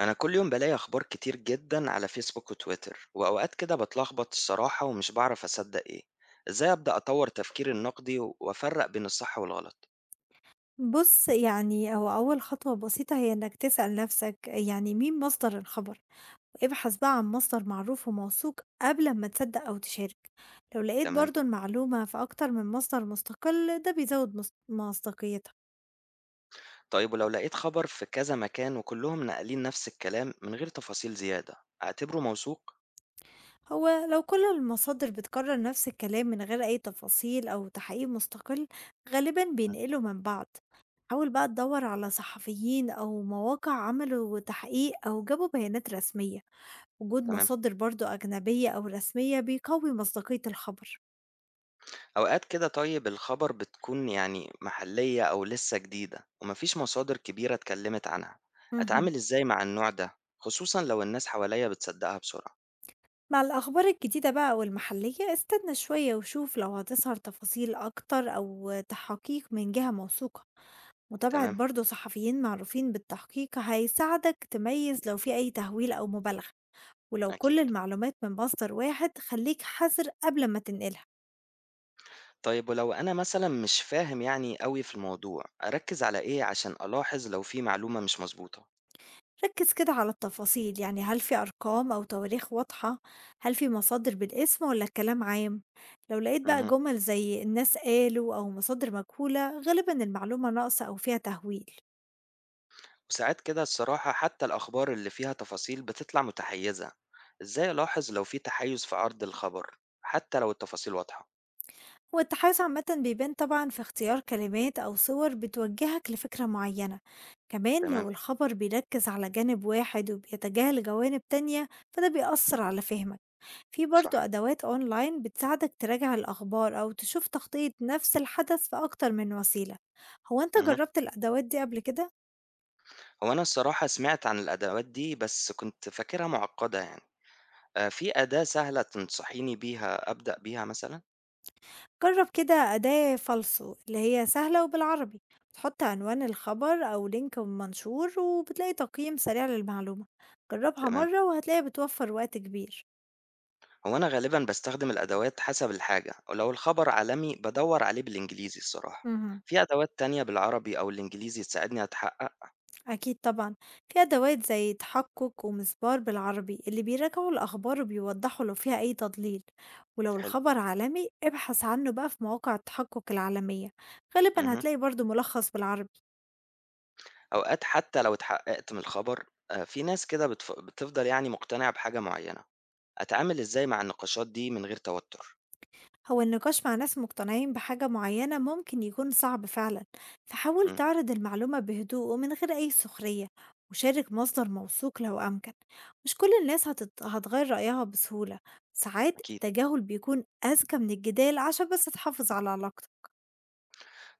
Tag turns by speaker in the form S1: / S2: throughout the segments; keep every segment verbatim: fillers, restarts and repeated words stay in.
S1: أنا كل يوم بلاقي أخبار كتير جدا على فيسبوك وتويتر وأوقات كده بتلخبط الصراحة ومش بعرف أصدق إيه. إزاي أبدأ أطور تفكيري النقدي و- وأفرق بين الصح والغلط؟
S2: بُص، يعني هو أول خطوة بسيطة هي إنك تسأل نفسك يعني مين مصدر الخبر، ابحث بقى عن مصدر معروف وموثوق قبل أمّا تصدق أو تشارك، لو لقيت
S1: تمام.
S2: برضه المعلومة في أكتر من مصدر مستقل ده بيزود مص مصداقيتها،
S1: طيب ولو لقيت خبر في كذا مكان وكلهم ناقلين نفس الكلام من غير تفاصيل زيادة، أعتبره موثوق؟
S2: هو لو كل المصادر بتكرر نفس الكلام من غير أي تفاصيل أو تحقيق مستقل غالبًا
S1: مم.
S2: بينقلوا من بعض، حاول بقى تدوّر على صحفيين أو مواقع عملوا تحقيق أو جابوا بيانات رسمية. وجود
S1: تمام.
S2: مصادر برضو أجنبية أو رسمية بيقوي مصداقية الخبر.
S1: أوقات كده طيب الخبر بتكون يعني محلية أو لسه جديدة ومفيش مصادر كبيرة اتكلمت عنها،
S2: مهم.
S1: أتعامل إزاي مع النوع ده، خصوصا لو الناس حواليا بتصدقها بسرعة؟
S2: مع الأخبار الجديدة بقى والمحلية استنى شوية وشوف لو هتظهر تفاصيل أكتر أو تحقيق من جهة موثوقة، متابعة
S1: تمام.
S2: برضو صحفيين معروفين بالتحقيق هيساعدك تميز لو في أي تهويل أو مبالغة. ولو كل
S1: أكيد.
S2: المعلومات من مصدر واحد خليك حذر قبل ما تنقلها.
S1: طيب ولو أنا مثلًا مش فاهم يعني أوي في الموضوع، أركّز على إيه عشان ألاحظ لو في معلومة مش مضبوطة؟
S2: ركز كده على التفاصيل، يعني هل في أرقام أو تواريخ واضحة، هل في مصادر بالاسم ولا الكلام عام. لو لقيت بقى
S1: اهم.
S2: جمل زي الناس قالوا أو مصادر مجهولة غالبا المعلومة ناقصة أو فيها تهويل.
S1: وساعات كده الصراحة حتى الأخبار اللي فيها تفاصيل بتطلع متحيّزة، إزاي ألاحظ لو في تحيُّز في عرض الخبر، حتى لو التفاصيل واضحة؟
S2: والتحيز عامة بيبان طبعا في اختيار كلمات أو صور بتوجهك لفكرة معينة، كمان
S1: تمام.
S2: لو الخبر بيركز على جانب واحد وبيتجاهل جوانب تانية فده بيأثر على فهمك. في برضه
S1: صح.
S2: أدوات أونلاين بتساعدك تراجع الأخبار أو تشوف تغطية نفس الحدث في أكتر من وسيلة. هو أنت
S1: اهم.
S2: جربت الأدوات دي قبل كده؟
S1: هو أنا الصراحة سمعت عن الأدوات دي بس كنت فاكرها معقّدة يعني. آآ في أداة سهلة تنصحيني بيها أبدأ بيها مثلًا؟
S2: جرب كده أداة فالسو اللي هي سهلة وبالعربي، بتحط عنوان الخبر أو لينك منشور وبتلاقي تقييم سريع للمعلومة. جربها
S1: تمام.
S2: مرة وهتلاقي بتوفر وقت كبير.
S1: هو أنا غالبًا باستخدم الأدوات حسب الحاجة، ولو الخبر عالمي بدوّر عليه بالإنجليزي الصراحة،
S2: مهم.
S1: في أدوات تانية بالعربي أو الإنجليزي تساعدني أتحقق؟
S2: أكيد طبعًا، في أدوات زي تحقق ومسبار بالعربي اللي بيراجعوا الأخبار وبيوضحوا لو فيها أي تضليل، ولو
S1: حلو.
S2: الخبر عالمي ابحث عنه بقى في مواقع التحقق العالمية، غالبًا
S1: اهم.
S2: هتلاقي برضه ملخص بالعربي.
S1: أوقات حتى لو اتحققت من الخبر، آآ، في ناس كده بتف بتفضل يعني مقتنعة بحاجة معينة، أتعامل إزاي مع النقاشات دي من غير توتر؟
S2: هو النقاش مع ناس مقتنعين بحاجة معينة ممكن يكون صعب فعلا، فحاول
S1: إمم.
S2: تعرض المعلومة بهدوء ومن غير أي سخرية وشارك مصدر موثوق لو أمكن. مش كل الناس هتت... هتغير رأيها بسهولة. ساعات
S1: أكيد.
S2: التجاهل بيكون أذكى من الجدال عشان بس تحافظ على علاقتك.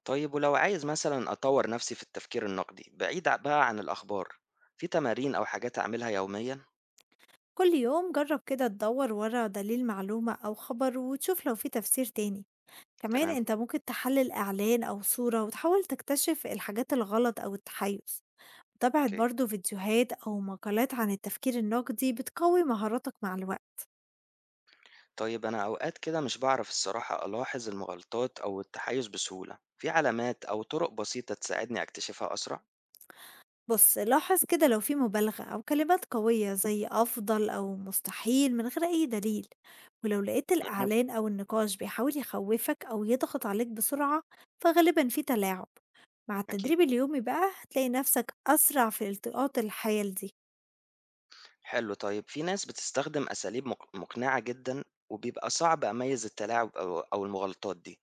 S1: طيب ولو عايز مثلًا أطوّر نفسي في التفكير النقدي بعيد ع بقى عن الأخبار، في تمارين أو حاجات أعملها يوميًا؟
S2: كل يوم جرب كده تدور ورا دليل معلومة أو خبر وتشوف لو في تفسير تاني، كمان
S1: تمام.
S2: انت ممكن تحلل إعلان أو صورة وتحاول تكتشف الحاجات الغلط أو التحيز. متابعة
S1: أوكي.
S2: برضه فيديوهات أو مقالات عن التفكير النقدي بتقوي مهاراتك مع الوقت.
S1: طيب أنا أوقات كده مش بعرف الصراحة ألاحظ المغالطات أو التحيز بسهولة، في علامات أو طرق بسيطة تساعدني أكتشفها أسرع؟
S2: بص لاحظ كده لو في مبالغة أو كلمات قوية زي أفضل أو مستحيل من غير أي دليل، ولو لقيت
S1: مهم.
S2: الإعلان أو النقاش بيحاول يخوفك أو يضغط عليك بسرعة فغالبا في تلاعب. مع التدريب
S1: أكيد.
S2: اليومي بقى هتلاقي نفسك أسرع في التقاط الحيل دي.
S1: حلو. طيب في ناس بتستخدم أساليب مق- مقنعة جدا، وبيبقى صعب أميز التلاعب أو أو المغالطات دي،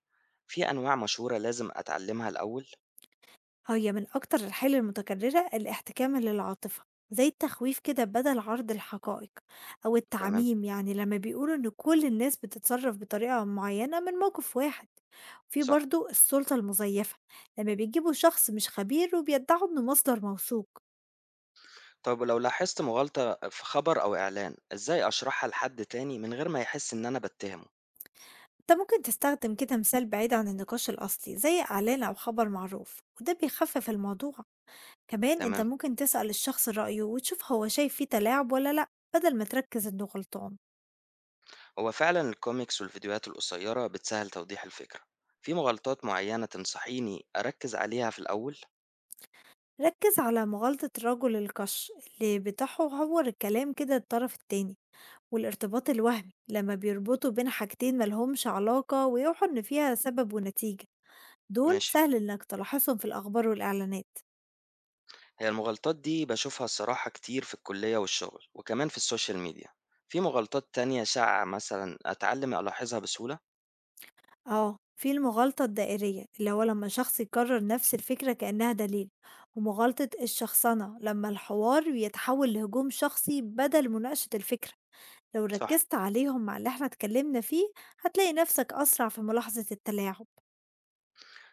S1: في أنواع مشهورة لازم أتعلمها الأول؟
S2: هي من أكتر الحيل المتكررة الاحتكام للعاطفة، زي التخويف كده بدل عرض الحقائق، أو
S1: تمام.
S2: التعميم يعني لما بيقولوا إن كل الناس بتتصرف بطريقة معينة من موقف واحد. في
S1: صح.
S2: برضو السلطة المزيفة، لما بيجيبوا شخص مش خبير وبيدعوا إنه مصدر موثوق.
S1: طيب ولو لاحظت مغالطة في خبر أو إعلان، إزاي أشرحها لحد تاني من غير ما يحس إن أنا بتهمه؟
S2: انت ممكن تستخدم كده مثال بعيد عن النقاش الأصلي زي إعلان أو خبر معروف وده بيخفف الموضوع، كمان انت
S1: تمام.
S2: ممكن تسأل الشخص رأيه وتشوف هو شايف فيه تلاعب ولا لأ، بدل ما تركز إنه غلطان.
S1: هو فعلا الكوميكس والفيديوهات القصيرة بتسهل توضيح الفكرة، في مغالطات معينة تنصحيني أركز عليها في الأول؟
S2: ركز على مغالطة رجل القش اللي بتحور الكلام كده الطرف التاني، والارتباط الوهمي لما بيربطوا بين حاجتين ملهمش علاقة ويوحوا إن فيها سبب ونتيجة. دول
S1: ماشي.
S2: سهل إنك تلاحظهم في الأخبار والإعلانات.
S1: هي المغالطات دي بشوفها الصراحة كتير في الكلية والشغل وكمان في السوشيال ميديا، في مغالطات تانية شائعة مثلا أتعلم ألاحظها بسهولة؟
S2: اه، في المغالطة الدائرية اللي هو لما شخص يكرر نفس الفكرة كأنها دليل، ومغالطة الشخصنة لما الحوار يتحول لهجوم شخصي بدل مناقشة الفكرة. لو
S1: صح.
S2: ركزت عليهم مع اللي احنا اتكلمنا فيه هتلاقي نفسك أسرع في ملاحظة التلاعب.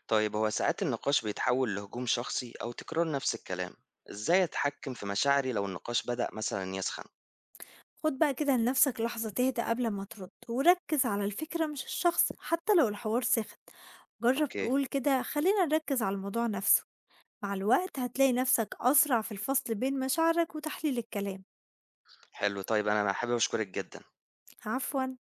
S1: طيب هو ساعات النقاش بيتحول لهجوم شخصي أو تكرار نفس الكلام، إزاي أتحكم في مشاعري لو النقاش بدأ مثلا يسخن؟
S2: خد بقى كده لنفسك لحظة تهدى قبل ما ترد وركز على الفكرة مش الشخص حتى لو الحوار سخن. جرب
S1: أوكي.
S2: تقول كده خلينا نركز على الموضوع نفسه. مع الوقت هتلاقي نفسك أسرع في الفصل بين مشاعرك وتحليل الكلام.
S1: حلو. طيب أنا حابب أشكرك جدا.
S2: عفواً.